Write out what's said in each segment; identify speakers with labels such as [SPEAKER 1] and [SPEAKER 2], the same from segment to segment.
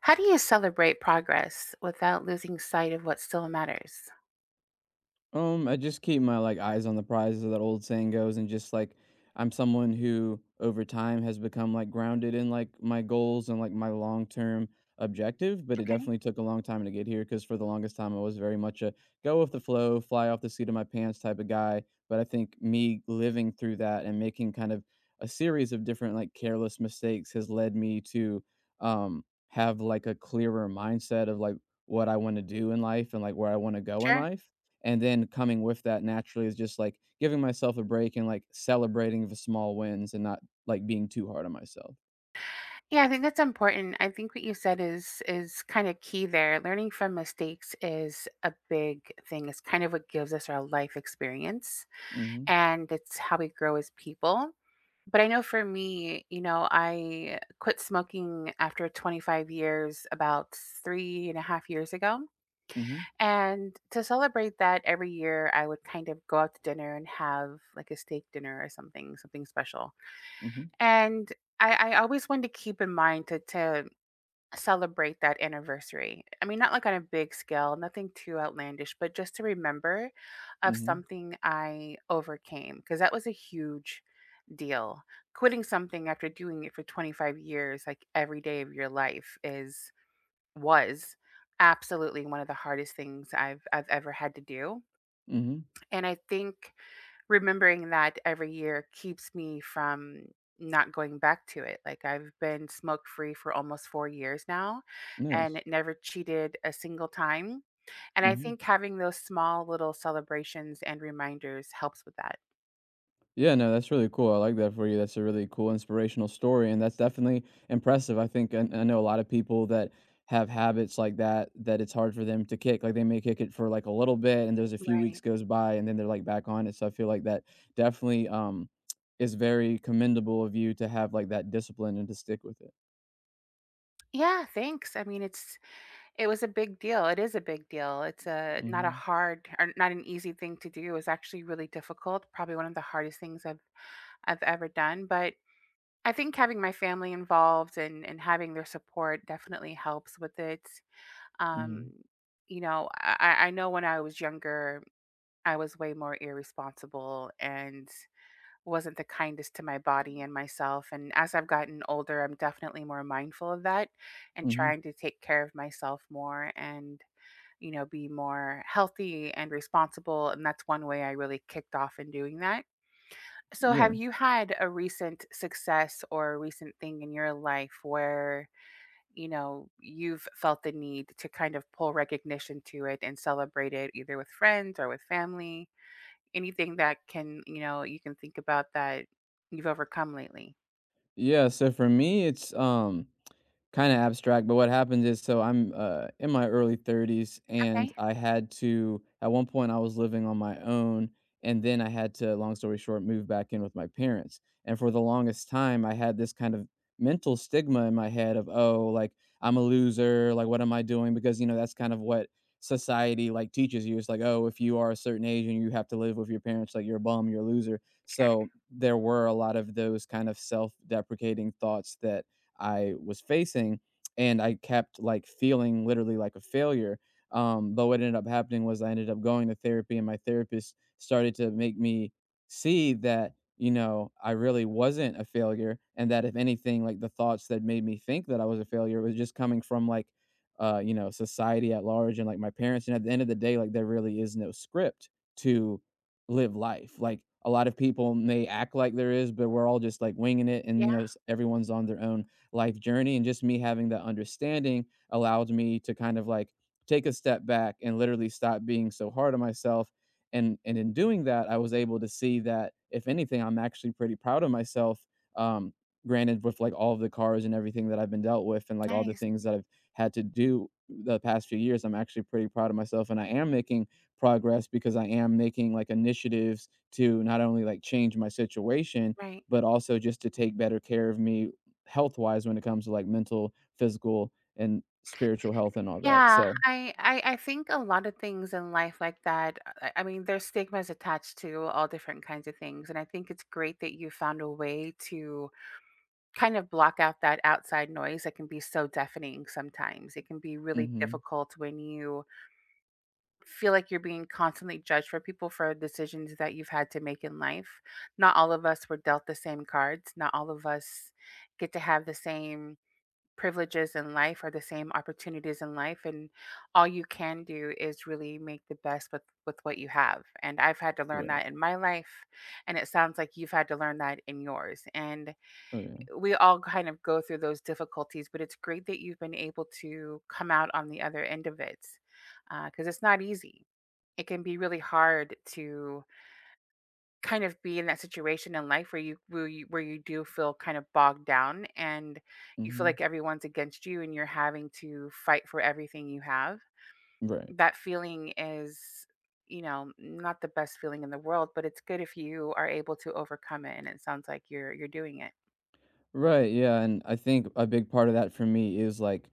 [SPEAKER 1] How do you celebrate progress without losing sight of what still matters?
[SPEAKER 2] I just keep my like eyes on the prize, as that old saying goes, and just like I'm someone who over time has become like grounded in like my goals and like my long term objective. But it
[SPEAKER 1] Okay,
[SPEAKER 2] definitely took a long time to get here because for the longest time I was very much a go with the flow, fly off the seat of my pants type of guy. But I think me living through that and making kind of a series of different like careless mistakes has led me to have like a clearer mindset of like what I want to do in life and like where I want to go in
[SPEAKER 1] sure.
[SPEAKER 2] life. And then coming with that naturally is just, like, giving myself a break and, like, celebrating the small wins and not, like, being too hard on myself.
[SPEAKER 1] Yeah, I think that's important. I think what you said is kind of key there. Learning from mistakes is a big thing. It's kind of what gives us our life experience,
[SPEAKER 2] Mhm.
[SPEAKER 1] and it's how we grow as people. But I know, for me, you know, I quit smoking after 25 years about 3.5 years ago.
[SPEAKER 2] Mhm.
[SPEAKER 1] And to celebrate that every year, I would kind of go out to dinner and have like a steak dinner or something, something special.
[SPEAKER 2] Mhm.
[SPEAKER 1] And I always wanted to keep in mind to celebrate that anniversary. I mean, not like on a big scale, nothing too outlandish, but just to remember of
[SPEAKER 2] Mhm.
[SPEAKER 1] something I overcame, because that was a huge deal. Quitting something after doing it for 25 years, like every day of your life, is was absolutely one of the hardest things I've ever had to do.
[SPEAKER 2] Mhm.
[SPEAKER 1] And I think remembering that every year keeps me from not going back to it. Like, I've been smoke free for almost 4 years now and
[SPEAKER 2] Nice.
[SPEAKER 1] never cheated a single time. And I
[SPEAKER 2] Mhm.
[SPEAKER 1] think having those small little celebrations and reminders helps with that.
[SPEAKER 2] Yeah, no, that's really cool. I like that for you. That's a really cool inspirational story, and that's definitely impressive. I think, and I know a lot of people that have habits like that that it's hard for them to kick. Like they may kick it for like a little bit, and there's a few weeks
[SPEAKER 1] Right.
[SPEAKER 2] goes by, and then they're like back on it. So I feel like that definitely is very commendable of you to have like that discipline and to stick with it.
[SPEAKER 1] Yeah, thanks. I mean, it was a big deal. It is a big deal. It's a not a
[SPEAKER 2] Hmm.
[SPEAKER 1] hard or not an easy thing to do. It was actually really difficult, probably one of the hardest things I've ever done. But I think having my family involved and having their support definitely helps with it. Um,
[SPEAKER 2] Hmm.
[SPEAKER 1] you know, I know when I was younger, I was way more irresponsible and wasn't the kindest to my body and myself. And as I've gotten older, I'm definitely more mindful of that and
[SPEAKER 2] Hmm.
[SPEAKER 1] trying to take care of myself more and, you know, be more healthy and responsible. And that's one way I really kicked off in doing that. So, have
[SPEAKER 2] Yeah,
[SPEAKER 1] you had a recent success or a recent thing in your life where, you know, you've felt the need to kind of pull recognition to it and celebrate it either with friends or with family? Anything that can, you know, you can think about that you've overcome lately?
[SPEAKER 2] yeah, so for me, it's kind of abstract, but what happens is so I'm in my early 30s and
[SPEAKER 1] Okay.
[SPEAKER 2] I had to, at one point, I was living on my own. And then I had to, long story short, move back in with my parents. And for the longest time, I had this kind of mental stigma in my head of, oh, like I'm a loser. Like, what am I doing? Because, that's kind of what society like teaches you. It's like, oh, if you are a certain age and you have to live with your parents, like you're a bum, you're a loser. So there were a lot of those kind of self deprecating thoughts that I was facing, and I kept like feeling literally like a failure. But what ended up happening was I ended up going to therapy, and my therapist started to make me see that I really wasn't a failure, and that if anything, like the thoughts that made me think that I was a failure was just coming from like society at large and like my parents. And at the end of the day, like there really is no script to live life. Like a lot of people may act like there is, but we're all just like winging it, and
[SPEAKER 1] Yeah.
[SPEAKER 2] everyone's on their own life journey, and just me having that understanding allowed me to kind of like take a step back and literally stop being so hard on myself, and in doing that, I was able to see that if anything I'm actually pretty proud of myself. um granted, with like all of the cars and everything that I've been dealt with and like all the
[SPEAKER 1] Nice.
[SPEAKER 2] things that I've had to do the past few years, I'm actually pretty proud of myself and I am making progress because I am making like initiatives to not only like change my situation,
[SPEAKER 1] Right.
[SPEAKER 2] but also just to take better care of me health wise when it comes to like mental, physical, and spiritual health and all that.
[SPEAKER 1] Yeah,
[SPEAKER 2] So,
[SPEAKER 1] I, I think a lot of things in life like that. I mean, there's stigmas attached to all different kinds of things, and I think it's great that you found a way to kind of block out that outside noise that can be so deafening sometimes. It can be really
[SPEAKER 2] mhm,
[SPEAKER 1] difficult when you feel like you're being constantly judged for people for decisions that you've had to make in life. Not all of us were dealt the same cards. Not all of us get to have the same privileges in life or the same opportunities in life, and all you can do is really make the best with what you have. And I've had to learn
[SPEAKER 2] right.
[SPEAKER 1] that in my life, and it sounds like you've had to learn that in yours. And
[SPEAKER 2] Oh yeah.
[SPEAKER 1] we all kind of go through those difficulties, but it's great that you've been able to come out on the other end of it, because it's not easy. It can be really hard to kind of be in that situation in life where you do feel kind of bogged down, and you feel
[SPEAKER 2] Mhm.
[SPEAKER 1] like everyone's against you and you're having to fight for everything you have.
[SPEAKER 2] Right.
[SPEAKER 1] That feeling is, you know, not the best feeling in the world, but it's good if you are able to overcome it, and it sounds like you're doing it.
[SPEAKER 2] Right, yeah, and I think a big part of that for me is, like,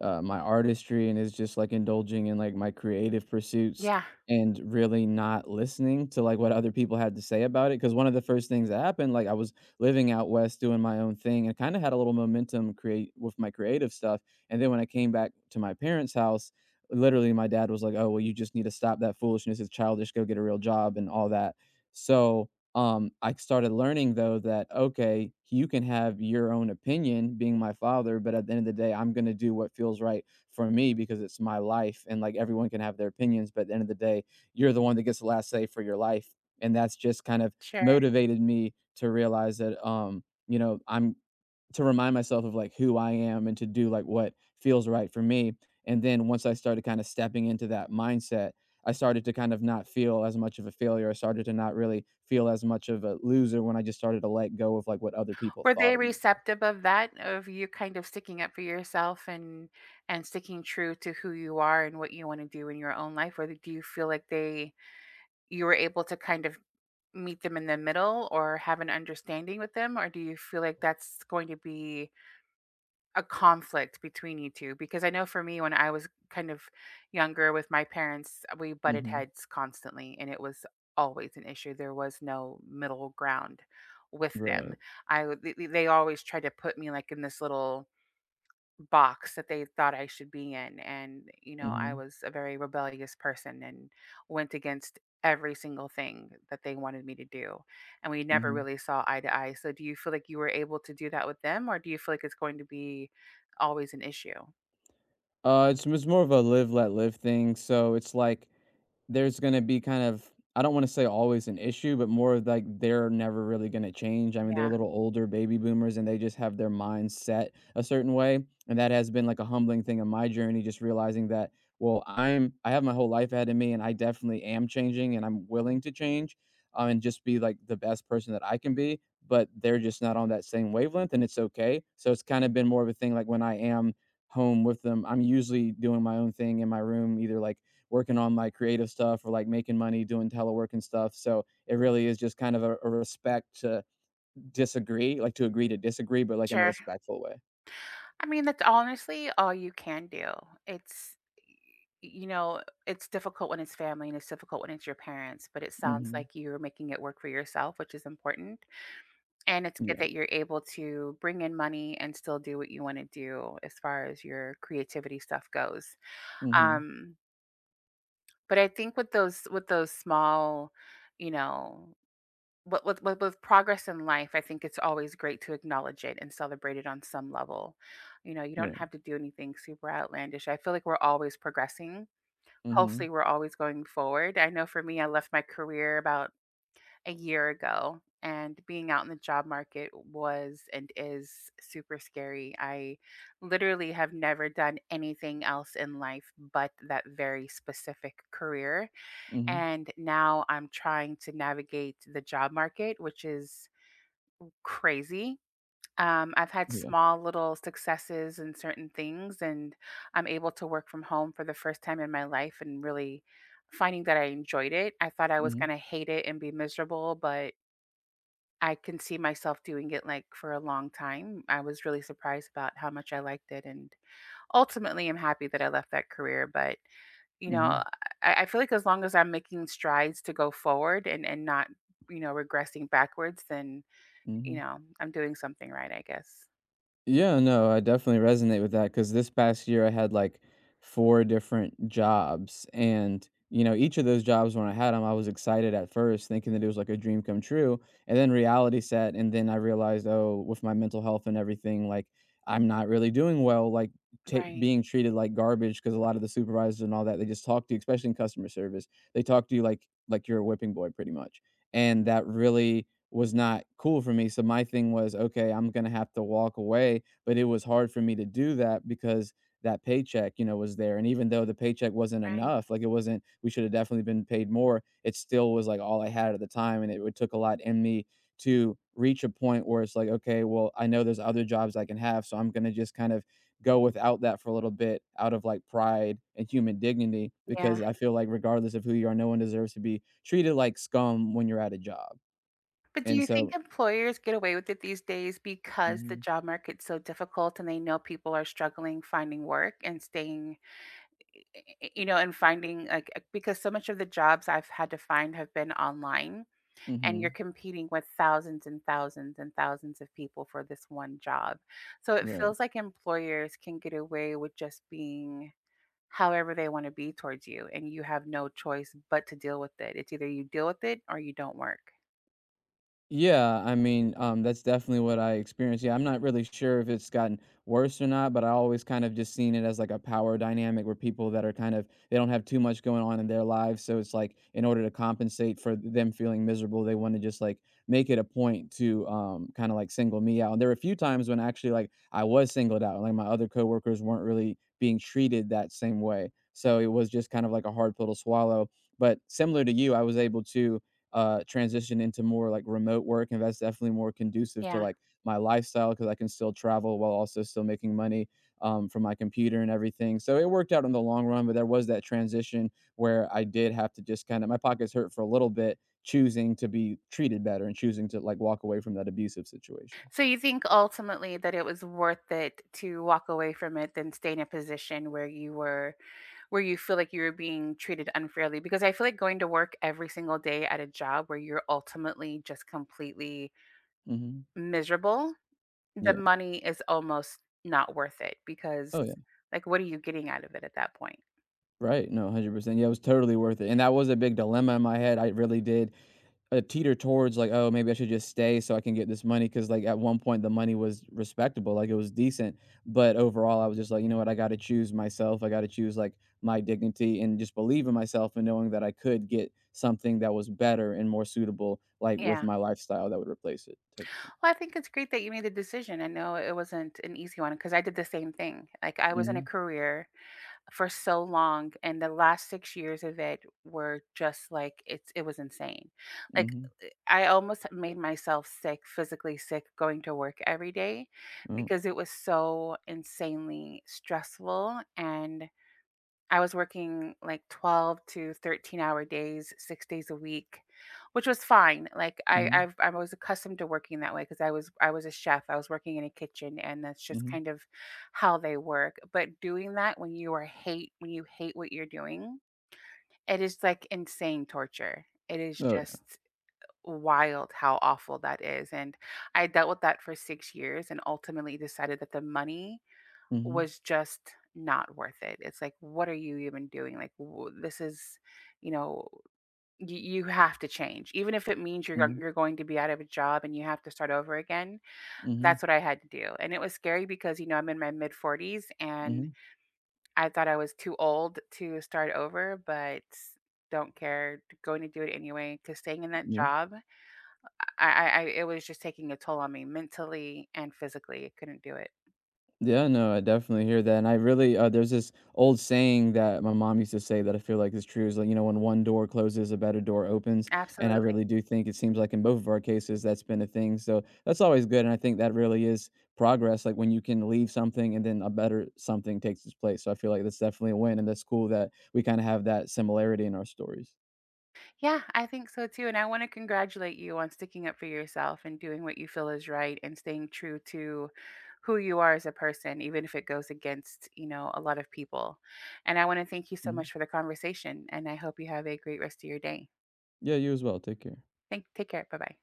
[SPEAKER 2] my artistry, and is just, like, indulging in, like, my creative pursuits
[SPEAKER 1] Yeah,
[SPEAKER 2] and really not listening to, like, what other people had to say about it. Because one of the first things that happened, like, I was living out west doing my own thing and kinda had a little momentum create with my creative stuff, and then when I came back to my parents' house, literally my dad was like, "Oh, well, you just need to stop that foolishness, it's childish, go get a real job," and all that. So I started learning though that, okay, you can have your own opinion being my father, but at the end of the day, I'm gonna do what feels right for me because it's my life, and like everyone can have their opinions, but at the end of the day, you're the one that gets the last say for your life. And that's just kind of
[SPEAKER 1] sure.
[SPEAKER 2] motivated me to realize that I'm to remind myself of, like, who I am and to do, like, what feels right for me. And then once I started kinda stepping into that mindset, I started to kind of not feel as much of a failure, I started to not really feel as much of a loser when I just started to let go of, like, what other people
[SPEAKER 1] Were
[SPEAKER 2] thought
[SPEAKER 1] they
[SPEAKER 2] of me.
[SPEAKER 1] receptive of that, of you kind of sticking up for yourself and sticking true to who you are and what you want to do in your own life? Or do you feel like they you were able to kind of meet them in the middle or have an understanding with them, or do you feel like that's going to be a conflict between you two? Because I know, for me, when I was kind of younger with my parents, we butted
[SPEAKER 2] Mhm.
[SPEAKER 1] heads constantly, and it was always an issue. There was no middle ground with them.
[SPEAKER 2] Right.
[SPEAKER 1] They always tried to put me like in this little box that they thought I should be in. And, you know, I
[SPEAKER 2] Mhm.
[SPEAKER 1] was a very rebellious person and went against every single thing that they wanted me to do. And we never
[SPEAKER 2] Mhm.
[SPEAKER 1] really saw eye to eye. So, do you feel like you were able to do that with them, or do you feel like it's going to be always an issue?
[SPEAKER 2] It's more of a live, let live thing, so it's like there's gonna be kind of, I don't wanna say always an issue, but more of like they're never really gonna change. I mean, they're a
[SPEAKER 1] Yeah,
[SPEAKER 2] little older baby boomers and they just have their mind set a certain way. And that has been like a humbling thing in my journey, just realizing that, well, I have my whole life ahead of me and I definitely am changing and I'm willing to change, and just be like the best person that I can be. But they're just not on that same wavelength and it's okay. So it's kind of been more of a thing like when I am home with them, I'm usually doing my own thing in my room, either like working on my creative stuff or like making money doing telework and stuff. So it really is just kind of a respect to disagree, like to agree to disagree, but like in a
[SPEAKER 1] sure.
[SPEAKER 2] respectful way.
[SPEAKER 1] I mean, that's honestly all you can do. It's, you know, it's difficult when it's family and it's difficult when it's your parents, but it sounds
[SPEAKER 2] Hmm.
[SPEAKER 1] like you're making it work for yourself, which is important. And it's good
[SPEAKER 2] Yeah.
[SPEAKER 1] that you're able to bring in money and still do what you wanna do as far as your creativity stuff goes.
[SPEAKER 2] Hmm.
[SPEAKER 1] Um, but I think with those small, you know, with progress in life, I think it's always great to acknowledge it and celebrate it on some level. You know, you don't
[SPEAKER 2] Right.
[SPEAKER 1] have to do anything super outlandish. I feel like we're always progressing.
[SPEAKER 2] Hmm.
[SPEAKER 1] Hopefully, we're always going forward. I know, for me, I left my career about a year ago, and being out in the job market was and is super scary. I literally have never done anything else in life but that very specific career.
[SPEAKER 2] Hmm.
[SPEAKER 1] And now I'm trying to navigate the job market, which is crazy. I've had
[SPEAKER 2] Yeah.
[SPEAKER 1] small little successes in certain things, and I'm able to work from home for the first time in my life and really finding that I enjoyed it. I thought I was going
[SPEAKER 2] Hmm.
[SPEAKER 1] to hate it and be miserable, but I can see myself doing it, like, for a long time. I was really surprised about how much I liked it, and ultimately, I'm happy that I left that career, but, you know,
[SPEAKER 2] Hmm.
[SPEAKER 1] I feel like as long as I'm making strides to go forward and not, you know, regressing backwards, then, you
[SPEAKER 2] Hmm.
[SPEAKER 1] know, I'm doing something right, I guess.
[SPEAKER 2] Yeah, no, I definitely resonate with that because this past year I had like four different jobs. And, each of those jobs, when I had them, I was excited at first, thinking that it was like a dream come true. And then reality set. And then I realized, oh, with my mental health and everything, like I'm not really doing well, like ta
[SPEAKER 1] Right,
[SPEAKER 2] being treated like garbage because a lot of the supervisors and all that, they just talk to you, especially in customer service, they talk to you like you're a whipping boy pretty much. And that really was not cool for me. So my thing was, okay, I'm gonna have to walk away. But it was hard for me to do that because that paycheck, was there. And even though the paycheck wasn't
[SPEAKER 1] right.
[SPEAKER 2] enough, like it wasn't, we should have definitely been paid more. It still was like all I had at the time, and it took a lot in me to reach a point where it's like, okay, well, I know there's other jobs I can have, so I'm gonna just kind of go without that for a little bit out of like pride and human dignity
[SPEAKER 1] Yeah.
[SPEAKER 2] because I feel like regardless of who you are, no one deserves to be treated like scum when you're at a job.
[SPEAKER 1] But do
[SPEAKER 2] And
[SPEAKER 1] you think
[SPEAKER 2] so
[SPEAKER 1] employers get away with it these days because the
[SPEAKER 2] mhm,
[SPEAKER 1] job market's so difficult and they know people are struggling finding work and staying, y- you know, and finding like, because so much of the jobs I've had to find have been online, and you're
[SPEAKER 2] mhm,
[SPEAKER 1] competing with thousands and thousands and thousands of people for this one job. So it
[SPEAKER 2] right.
[SPEAKER 1] feels like employers can get away with just being however they want to be towards you, and you have no choice but to deal with it. It's either you deal with it or you don't work.
[SPEAKER 2] Yeah, I mean, that's definitely what I experienced, yeah, I'm not really sure if it's gotten worse or not, but I always kind of just seen it as, like, a power dynamic where people that are kind of they don't have too much going on in their lives, so it's like, in order to compensate for them feeling miserable, they wanna just, like, make it a point to, kinda, like, single me out, and there were a few times when actually, like, I was singled out, like, my other coworkers weren't really being treated that same way, so it was just kind of like a hard pill to swallow, but similar to you, I was able to transition into more like remote work, and that's definitely more conducive to
[SPEAKER 1] Yeah.
[SPEAKER 2] like my lifestyle because I can still travel while also still making money from my computer and everything. So it worked out in the long run, but there was that transition where I did have to just kind of my pockets hurt for a little bit, choosing to be treated better and choosing to like walk away from that abusive situation.
[SPEAKER 1] So you think ultimately that it was worth it to walk away from it than stay in a position where you were where you feel like you're being treated unfairly? Because I feel like going to work every single day at a job where you're ultimately just completely
[SPEAKER 2] Hmm.
[SPEAKER 1] miserable, the
[SPEAKER 2] Yeah.
[SPEAKER 1] money is almost not worth it, because,
[SPEAKER 2] Oh yeah.
[SPEAKER 1] like, what are you getting out of it at that point?
[SPEAKER 2] Right. No, 100%. Yeah, it was totally worth it. And that was a big dilemma in my head. I really did teeter towards like, oh, maybe I should just stay so I can get this money because like at one point the money was respectable, like it was decent, but overall I was just like, you know what, I got to choose myself. I got to choose like my dignity and just believe in myself and knowing that I could get something that was better and more suitable, like with
[SPEAKER 1] Yeah.
[SPEAKER 2] my lifestyle that would replace it. Type of thing.
[SPEAKER 1] Well, I think it's great that you made the decision. I know it wasn't an easy one because I did the same thing. Like, I was in a
[SPEAKER 2] Mhm.
[SPEAKER 1] career for so long and the last 6 years of it were just like it was insane. Like,
[SPEAKER 2] Mhm.
[SPEAKER 1] I almost made myself sick, physically sick going to work every day
[SPEAKER 2] Oh.
[SPEAKER 1] because it was so insanely stressful, and I was working like 12 to 13-hour days, 6 days a week, which was fine. Like, I
[SPEAKER 2] Mhm.
[SPEAKER 1] I've I was accustomed to working that way because I was a chef. I was working in a kitchen, and that's just
[SPEAKER 2] Mhm.
[SPEAKER 1] kind of how they work. But doing that when you hate what you're doing, it is, like, insane torture. It is
[SPEAKER 2] Oh yeah.
[SPEAKER 1] just wild how awful that is, and I dealt with that for 6 years and ultimately decided that the money
[SPEAKER 2] Mhm.
[SPEAKER 1] was just not worth it. It's like, what are you even doing? Like, this is, you know, you have to change, even if it means
[SPEAKER 2] Mhm.
[SPEAKER 1] you're going to be out of a job and you have to start over again.
[SPEAKER 2] Mhm.
[SPEAKER 1] That's what I had to do, and it was scary because, you know, I'm in my mid 40s, and
[SPEAKER 2] Mhm.
[SPEAKER 1] I thought I was too old to start over, but don't care, going to do it anyway, because staying in that
[SPEAKER 2] Yeah.
[SPEAKER 1] job, I it was just taking a toll on me mentally and physically. I couldn't do it.
[SPEAKER 2] Yeah, no, I definitely hear that, and I really there's this old saying that my mom used to say that I feel like is true is like, you know, when one door closes, a better door opens, and I really
[SPEAKER 1] Absolutely.
[SPEAKER 2] do think it seems like in both of our cases that's been a thing. So that's always good, and I think that really is progress. Like when you can leave something and then a better something takes its place. So I feel like that's definitely a win, and that's cool that we kind of have that similarity in our stories.
[SPEAKER 1] Yeah, I think so too. And I want to congratulate you on sticking up for yourself and doing what you feel is right and staying true to who you are as a person, even if it goes against, you know, a lot of people. And I want to thank you so
[SPEAKER 2] Mhm.
[SPEAKER 1] much for the conversation. And I hope you have a great rest of your day.
[SPEAKER 2] Yeah, you as well. Take care.
[SPEAKER 1] Thank, take care. Bye bye.